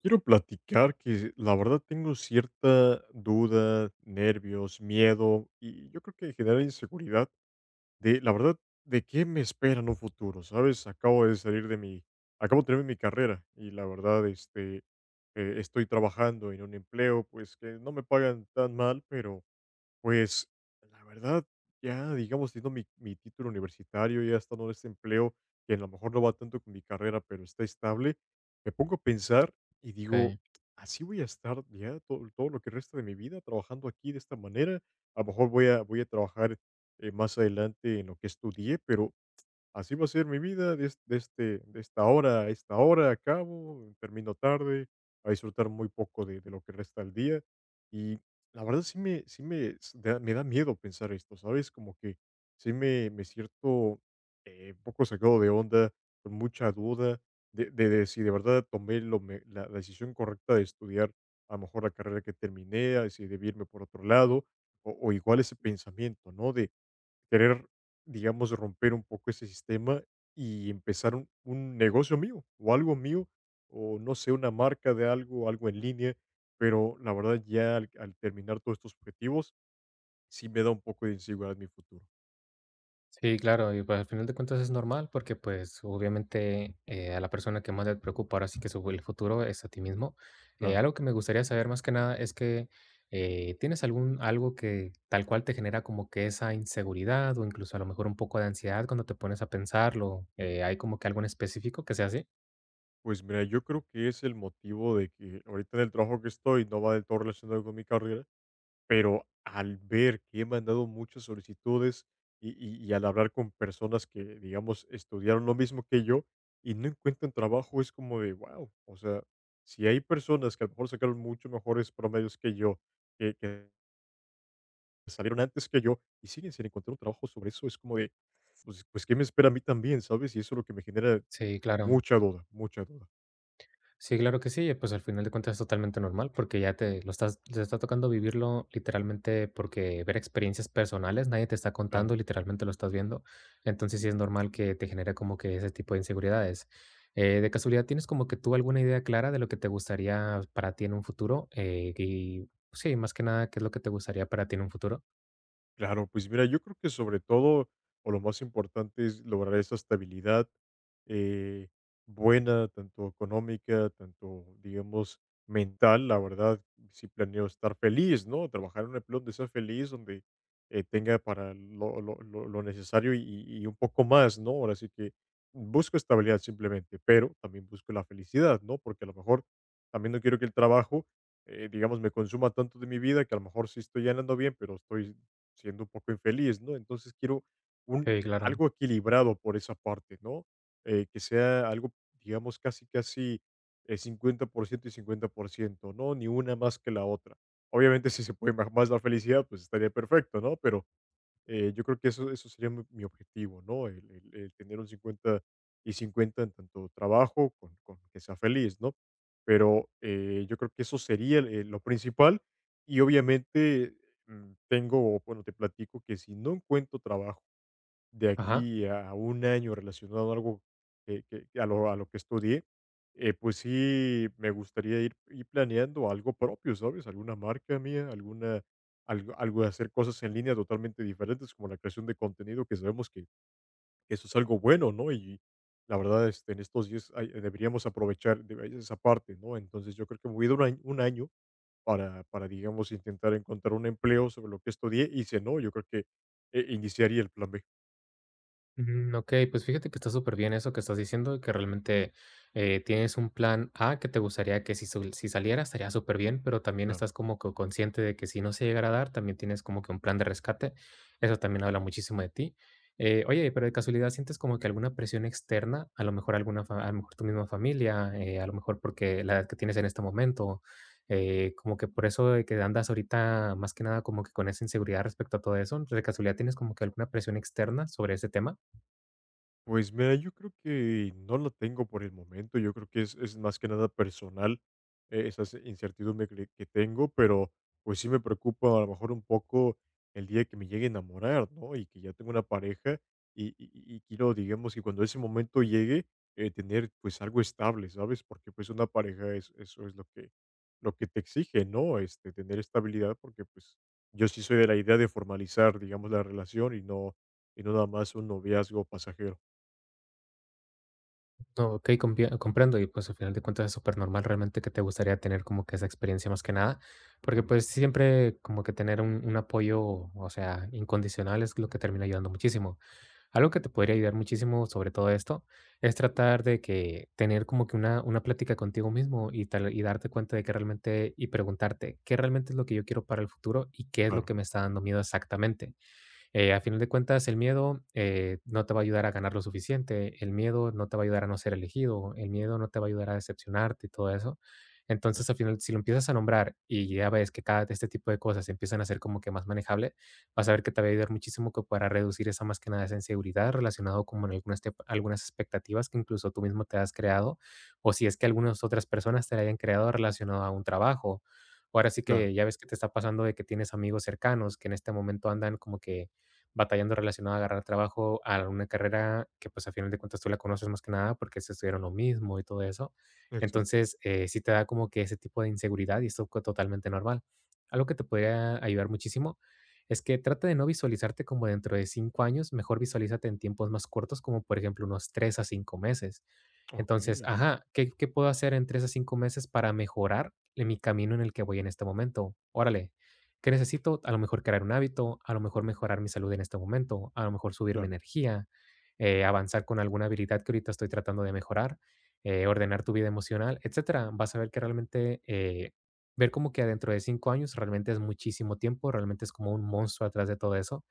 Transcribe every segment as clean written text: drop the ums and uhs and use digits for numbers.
Quiero platicar que la verdad tengo cierta duda, nervios, miedo y yo creo que genera inseguridad de la verdad de qué me espera en un futuro, ¿sabes? Acabo de terminar mi carrera y la verdad, estoy trabajando en un empleo, pues que no me pagan tan mal, pero pues, la verdad, ya, digamos, teniendo mi título universitario, ya estando en este empleo, que a lo mejor no va tanto con mi carrera, pero está estable, me pongo a pensar y digo: Okey. "Así voy a estar ya todo lo que resta de mi vida trabajando aquí de esta manera". A lo mejor voy a trabajar, más adelante en lo que estudié, pero así va a ser mi vida de, de este, de esta hora a esta hora, acabo, termino tarde, a disfrutar muy poco de lo que resta del día. Y la verdad me da miedo pensar esto, ¿sabes? Como que me siento un poco sacado de onda, con mucha duda de si de verdad tomé la decisión correcta de estudiar a lo mejor la carrera que terminé, a si debí irme por otro lado, o igual ese pensamiento, ¿no? Querer, digamos, romper un poco ese sistema y empezar un negocio mío o algo mío o no sé, una marca de algo, algo en línea, pero la verdad ya al terminar todos estos objetivos sí me da un poco de inseguridad mi futuro. Sí, claro, y pues, al final de cuentas es normal porque, pues, obviamente, a la persona que más le preocupa ahora sí que su el futuro es a ti mismo. Claro. Algo que me gustaría saber más que nada es que, ¿tienes algún algo que tal cual te genera como que esa inseguridad o incluso a lo mejor un poco de ansiedad cuando te pones a pensarlo? ¿Hay como que algo en específico que sea así? Pues mira, yo creo que es el motivo de que ahorita en el trabajo que estoy no va del todo relacionado con mi carrera, pero al ver que he mandado muchas solicitudes y, y al hablar con personas que, digamos, estudiaron lo mismo que yo y no encuentran trabajo, es como de, wow, o sea, si hay personas que a lo mejor sacaron mucho mejores promedios que yo, que salieron antes que yo y siguen sin encontrar un trabajo sobre eso, es como de, pues, ¿qué me espera a mí también, sabes? Y eso es lo que me genera Sí, claro. mucha duda, mucha duda. Sí, claro que sí, pues al final de cuentas es totalmente normal porque te está tocando vivirlo literalmente porque ver experiencias personales, nadie te está contando, literalmente lo estás viendo. Entonces sí es normal que te genere como que ese tipo de inseguridades. De casualidad, ¿tienes como que tú alguna idea clara de lo que te gustaría para ti en un futuro? Y pues, sí, más que nada, ¿qué es lo que te gustaría para ti en un futuro? Claro, pues mira, yo creo que sobre todo, o lo más importante es lograr esa estabilidad eh, buena, tanto económica, tanto, digamos, mental. La verdad, si planeo estar feliz, ¿no? Trabajar en un empleo donde sea feliz, donde tenga para lo necesario y un poco más, ¿no? Ahora sí que busco estabilidad simplemente, pero también busco la felicidad, ¿no? Porque a lo mejor también no quiero que el trabajo digamos, me consuma tanto de mi vida que a lo mejor sí estoy ganando bien, pero estoy siendo un poco infeliz, ¿no? Entonces quiero un, eh, Sí, claro. algo equilibrado por esa parte, ¿no? Que sea algo, digamos, casi, casi 50% y 50%, ¿no? Ni una más que la otra. Obviamente, si se puede más la felicidad, pues estaría perfecto, ¿no? Pero yo creo que eso sería mi objetivo, ¿no? El tener un 50 y 50 en tanto trabajo, con que sea feliz, ¿no? Pero yo creo que eso sería lo principal y obviamente tengo, bueno, te platico que si no encuentro trabajo, de Ajá. aquí a un año relacionado a algo que a lo que estudié, pues sí me gustaría ir planeando algo propio, ¿sabes? Alguna marca mía, alguna algo de hacer cosas en línea totalmente diferentes, como la creación de contenido, que sabemos que eso es algo bueno, ¿no? Y la verdad, este, en estos días hay deberíamos aprovechar de esa parte, ¿no? Entonces, yo creo que me voy a dar un año para digamos, intentar encontrar un empleo sobre lo que estudié, y si no, yo creo que, iniciaría el plan B, Okey, pues fíjate que está súper bien eso que estás diciendo, que realmente, tienes un plan A que te gustaría que si saliera estaría súper bien, pero también claro. estás como que consciente de que si no se llegara a dar, también tienes como que un plan de rescate. Eso también habla muchísimo de ti. Oye, pero de casualidad, ¿sientes como que alguna presión externa? A lo mejor alguna fa a lo mejor tu misma familia, a lo mejor porque la edad que tienes en este momento, como que por eso de que andas ahorita más que nada como que con esa inseguridad respecto a todo eso, ¿de casualidad tienes como que alguna presión externa sobre ese tema? Pues mira, yo creo que no lo tengo por el momento, yo creo que es más que nada personal, esa incertidumbre que tengo, pero pues sí me preocupa a lo mejor un poco el día que me llegue a enamorar, ¿no? Y que ya tengo una pareja y, y quiero, digamos, que cuando ese momento llegue, tener pues algo estable, ¿sabes? Porque pues una pareja es, eso es lo que te exige, ¿no? Este, tener estabilidad, porque pues yo sí soy de la idea de formalizar, digamos, la relación y no nada más un noviazgo pasajero. No, ok, comprendo. Y pues al final de cuentas es súper normal realmente que te gustaría tener como que esa experiencia más que nada, porque Claro, pues siempre como que tener un apoyo, o sea, incondicional es lo que termina ayudando muchísimo. Algo que te podría ayudar muchísimo sobre todo esto es tratar de que tener como que una plática contigo mismo y, tal, y darte cuenta de que realmente y preguntarte qué realmente es lo que yo quiero para el futuro y qué es lo claro, que me está dando miedo exactamente. A final de cuentas, el miedo no te va a ayudar a ganar lo suficiente, el miedo no te va a ayudar a no ser elegido, el miedo no te va a ayudar a decepcionarte y todo eso. claro, Entonces, al final, si lo empiezas a nombrar y ya ves que cada este tipo de cosas se empiezan a hacer como que más manejable, vas a ver que te va a ayudar muchísimo que para reducir esa más que nada esa inseguridad relacionado como en algunas expectativas que incluso tú mismo te has creado, o si es que algunas otras personas te la hayan creado relacionado a un trabajo. O ahora sí claro, que ya ves que te está pasando de que tienes amigos cercanos que en este momento andan como que batallando relacionado a agarrar trabajo a una carrera que, pues, a final de cuentas tú la conoces más que nada porque se estudiaron lo mismo y todo eso. exacto. Entonces, sí te da como que ese tipo de inseguridad y esto totalmente normal. Algo que te podría ayudar muchísimo es que trata de no visualizarte como dentro de 5 años, mejor visualízate en tiempos más cortos, como por ejemplo unos 3 a 5 meses. Entonces, Okey, ajá, ¿qué puedo hacer en 3 a 5 meses para mejorar en mi camino en el que voy en este momento? Órale, ¿que necesito? A lo mejor crear un hábito, a lo mejor mejorar mi salud en este momento, a lo mejor subir mi claro, energía, avanzar con alguna habilidad que ahorita estoy tratando de mejorar, ordenar tu vida emocional, etcétera. Vas a ver que realmente ver como que dentro de 5 años realmente es muchísimo tiempo, realmente es como un monstruo atrás de todo eso.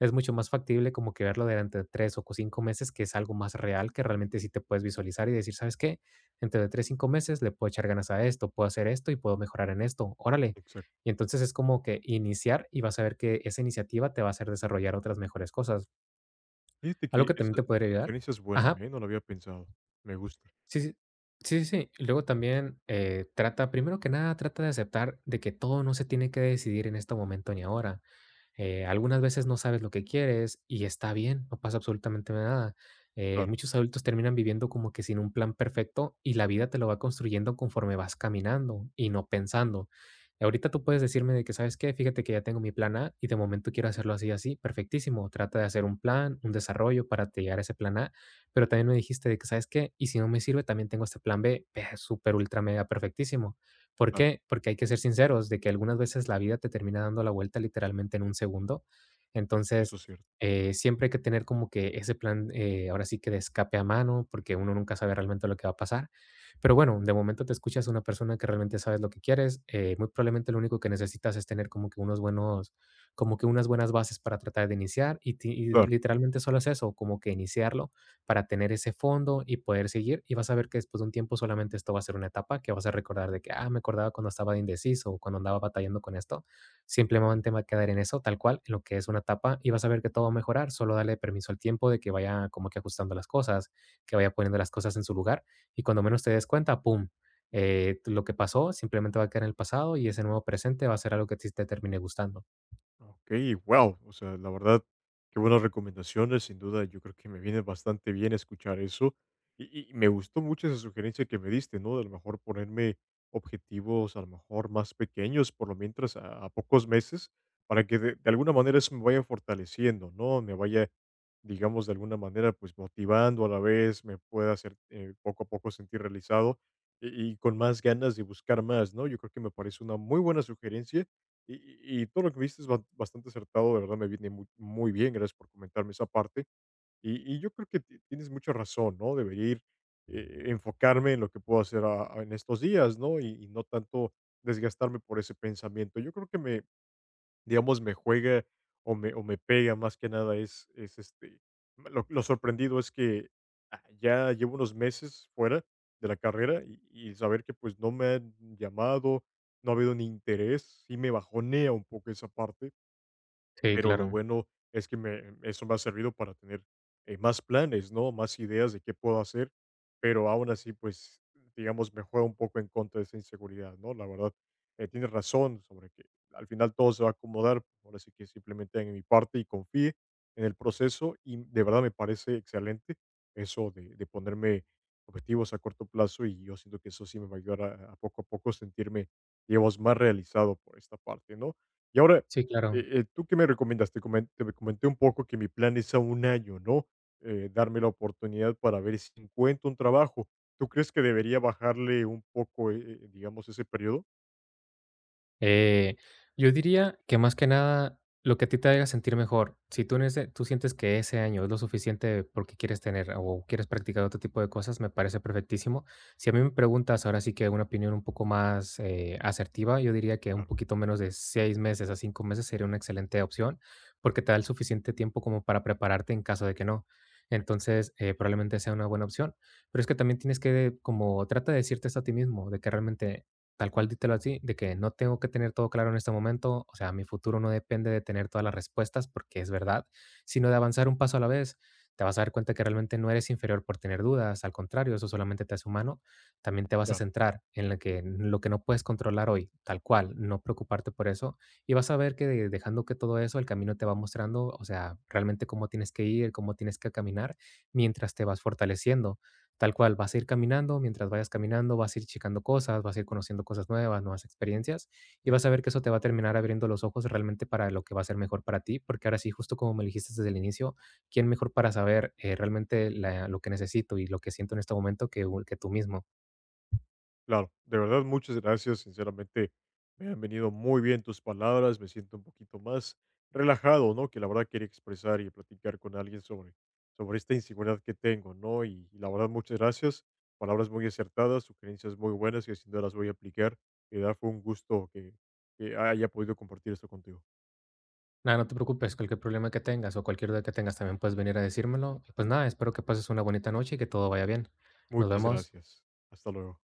Es mucho más factible como que verlo durante 3 o 5 meses, que es algo más real, que realmente sí te puedes visualizar y decir, ¿sabes qué? Dentro de 3, 5 meses le puedo echar ganas a esto, puedo hacer esto y puedo mejorar en esto. Órale, exacto. y entonces es como que iniciar y vas a ver que esa iniciativa te va a hacer desarrollar otras mejores cosas. Fíjate Algo que que también te podría esa ayudar. sugerencia es buena, Ajá, ¿eh? No lo había pensado. Me gusta. sí, sí. Sí, sí, sí. Y luego también, trata primero que nada, trata de aceptar de que todo no se tiene que decidir en este momento ni ahora. Algunas veces no sabes lo que quieres y está bien, no pasa absolutamente nada. Claro, Muchos adultos terminan viviendo como que sin un plan perfecto y la vida te lo va construyendo conforme vas caminando y no pensando. Ahorita tú puedes decirme de que, ¿sabes qué? Fíjate que ya tengo mi plan A y de momento quiero hacerlo así, así, perfectísimo. Trata de hacer un plan, un desarrollo para te llegar a ese plan A, pero también me dijiste de que, ¿sabes qué? Y si no me sirve, también tengo este plan B, súper, ultra, mega, perfectísimo. ¿Por claro, qué? Porque hay que ser sinceros de que algunas veces la vida te termina dando la vuelta literalmente en un segundo. eso Entonces, es cierto. Siempre hay que tener como que ese plan, ahora sí que de escape a mano, porque uno nunca sabe realmente lo que va a pasar. Pero bueno, de momento te escuchas una persona que realmente sabes lo que quieres. Muy probablemente lo único que necesitas es tener como que como que unas buenas bases para tratar de iniciar y Claro, claro. literalmente solo es eso, como que iniciarlo para tener ese fondo y poder seguir. Y vas a ver que después de un tiempo solamente esto va a ser una etapa que vas a recordar de que, ah, me acordaba cuando estaba de indeciso o cuando andaba batallando con esto. Simplemente va a quedar en eso, tal cual, en lo que es una etapa y vas a ver que todo va a mejorar. Solo dale permiso al tiempo de que vaya como que ajustando las cosas, que vaya poniendo las cosas en su lugar. Y cuando menos te des cuenta, ¡pum! Lo que pasó simplemente va a quedar en el pasado y ese nuevo presente va a ser algo que a ti te termine gustando. Ok, wow. O sea, la verdad, qué buenas recomendaciones. Sin duda, yo creo que me viene bastante bien escuchar eso. Y me gustó mucho esa sugerencia que me diste, ¿no? De a lo mejor ponerme objetivos, a lo mejor más pequeños, por lo mientras, a pocos meses, para que de alguna manera eso me vaya fortaleciendo, ¿no? Me vaya, digamos, de alguna manera, pues motivando a la vez, me pueda hacer poco a poco sentir realizado y con más ganas de buscar más, ¿no? Yo creo que me parece una muy buena sugerencia y todo lo que me dijiste es ba bastante acertado, de verdad me viene mu muy bien, gracias por comentarme esa parte. Y yo creo que ti tienes mucha razón, ¿no? Debería ir, enfocarme en lo que puedo hacer a en estos días, ¿no? Y no tanto desgastarme por ese pensamiento. Yo creo que me, digamos, me juega o me pega más que nada es este, lo sorprendido es que ah, ya llevo unos meses fuera de la carrera y saber que pues no me han llamado, no ha habido ni interés, sí me bajonea un poco esa parte, Sí, pero lo claro. bueno es que me, eso me ha servido para tener más planes, ¿no? Más ideas de qué puedo hacer, pero aún así, pues, digamos, me juega un poco en contra de esa inseguridad, ¿no? La verdad, tienes razón sobre que al final todo se va a acomodar, ahora sí que simplemente en mi parte y confíe en el proceso y de verdad me parece excelente eso de ponerme objetivos a corto plazo y yo siento que eso sí me va a ayudar a poco sentirme, digamos, más realizado por esta parte, ¿no? Y ahora, Sí, claro. ¿Tú qué me recomiendas? Te comenté un poco que mi plan es a un año, ¿no? Darme la oportunidad para ver si encuentro un trabajo. ¿Tú crees que debería bajarle un poco, digamos, ese periodo? Eh, yo diría que más que nada lo que a ti te haga sentir mejor. Si tú sientes que ese año es lo suficiente porque quieres tener o quieres practicar otro tipo de cosas, me parece perfectísimo. Si a mí me preguntas ahora sí que una opinión un poco más asertiva, yo diría que un Claro, poquito menos de 6 meses a 5 meses sería una excelente opción porque te da el suficiente tiempo como para prepararte en caso de que no. exa Entonces, probablemente sea una buena opción. Pero es que también tienes que, como, trata de decirte esto a ti mismo, de que realmente. Tal cual, dítelo así, de que no tengo que tener todo claro en este momento, o sea, mi futuro no depende de tener todas las respuestas, porque es verdad, sino de avanzar un paso a la vez. Te vas a dar cuenta que realmente no eres inferior por tener dudas, al contrario, eso solamente te hace humano. También te vas a claro, centrar en lo que, no puedes controlar hoy, tal cual, no preocuparte por eso. Y vas a ver que dejando que todo eso, el camino te va mostrando, o sea, realmente cómo tienes que ir, cómo tienes que caminar, mientras te vas fortaleciendo. Tal cual, vas a ir caminando, mientras vayas caminando vas a ir checando cosas, vas a ir conociendo cosas nuevas, nuevas experiencias, y vas a ver que eso te va a terminar abriendo los ojos realmente para lo que va a ser mejor para ti, porque ahora sí, justo como me dijiste desde el inicio, ¿quién mejor para saber realmente lo que necesito y lo que siento en este momento que tú mismo? claro, de verdad, muchas gracias. Sinceramente, me han venido muy bien tus palabras. Me siento un poquito más relajado, ¿no? Que la verdad quería expresar y platicar con alguien sobre, sobre esta inseguridad que tengo, ¿no? Y la verdad, muchas gracias. Palabras muy acertadas, sugerencias muy buenas que sin duda las voy a aplicar. De verdad, fue un gusto que haya podido compartir esto contigo. Nada, no te preocupes, cualquier problema que tengas o cualquier duda que tengas también puedes venir a decírmelo. Y pues nada, espero que pases una bonita noche y que todo vaya bien. Nos Muchas vemos. gracias. Hasta luego.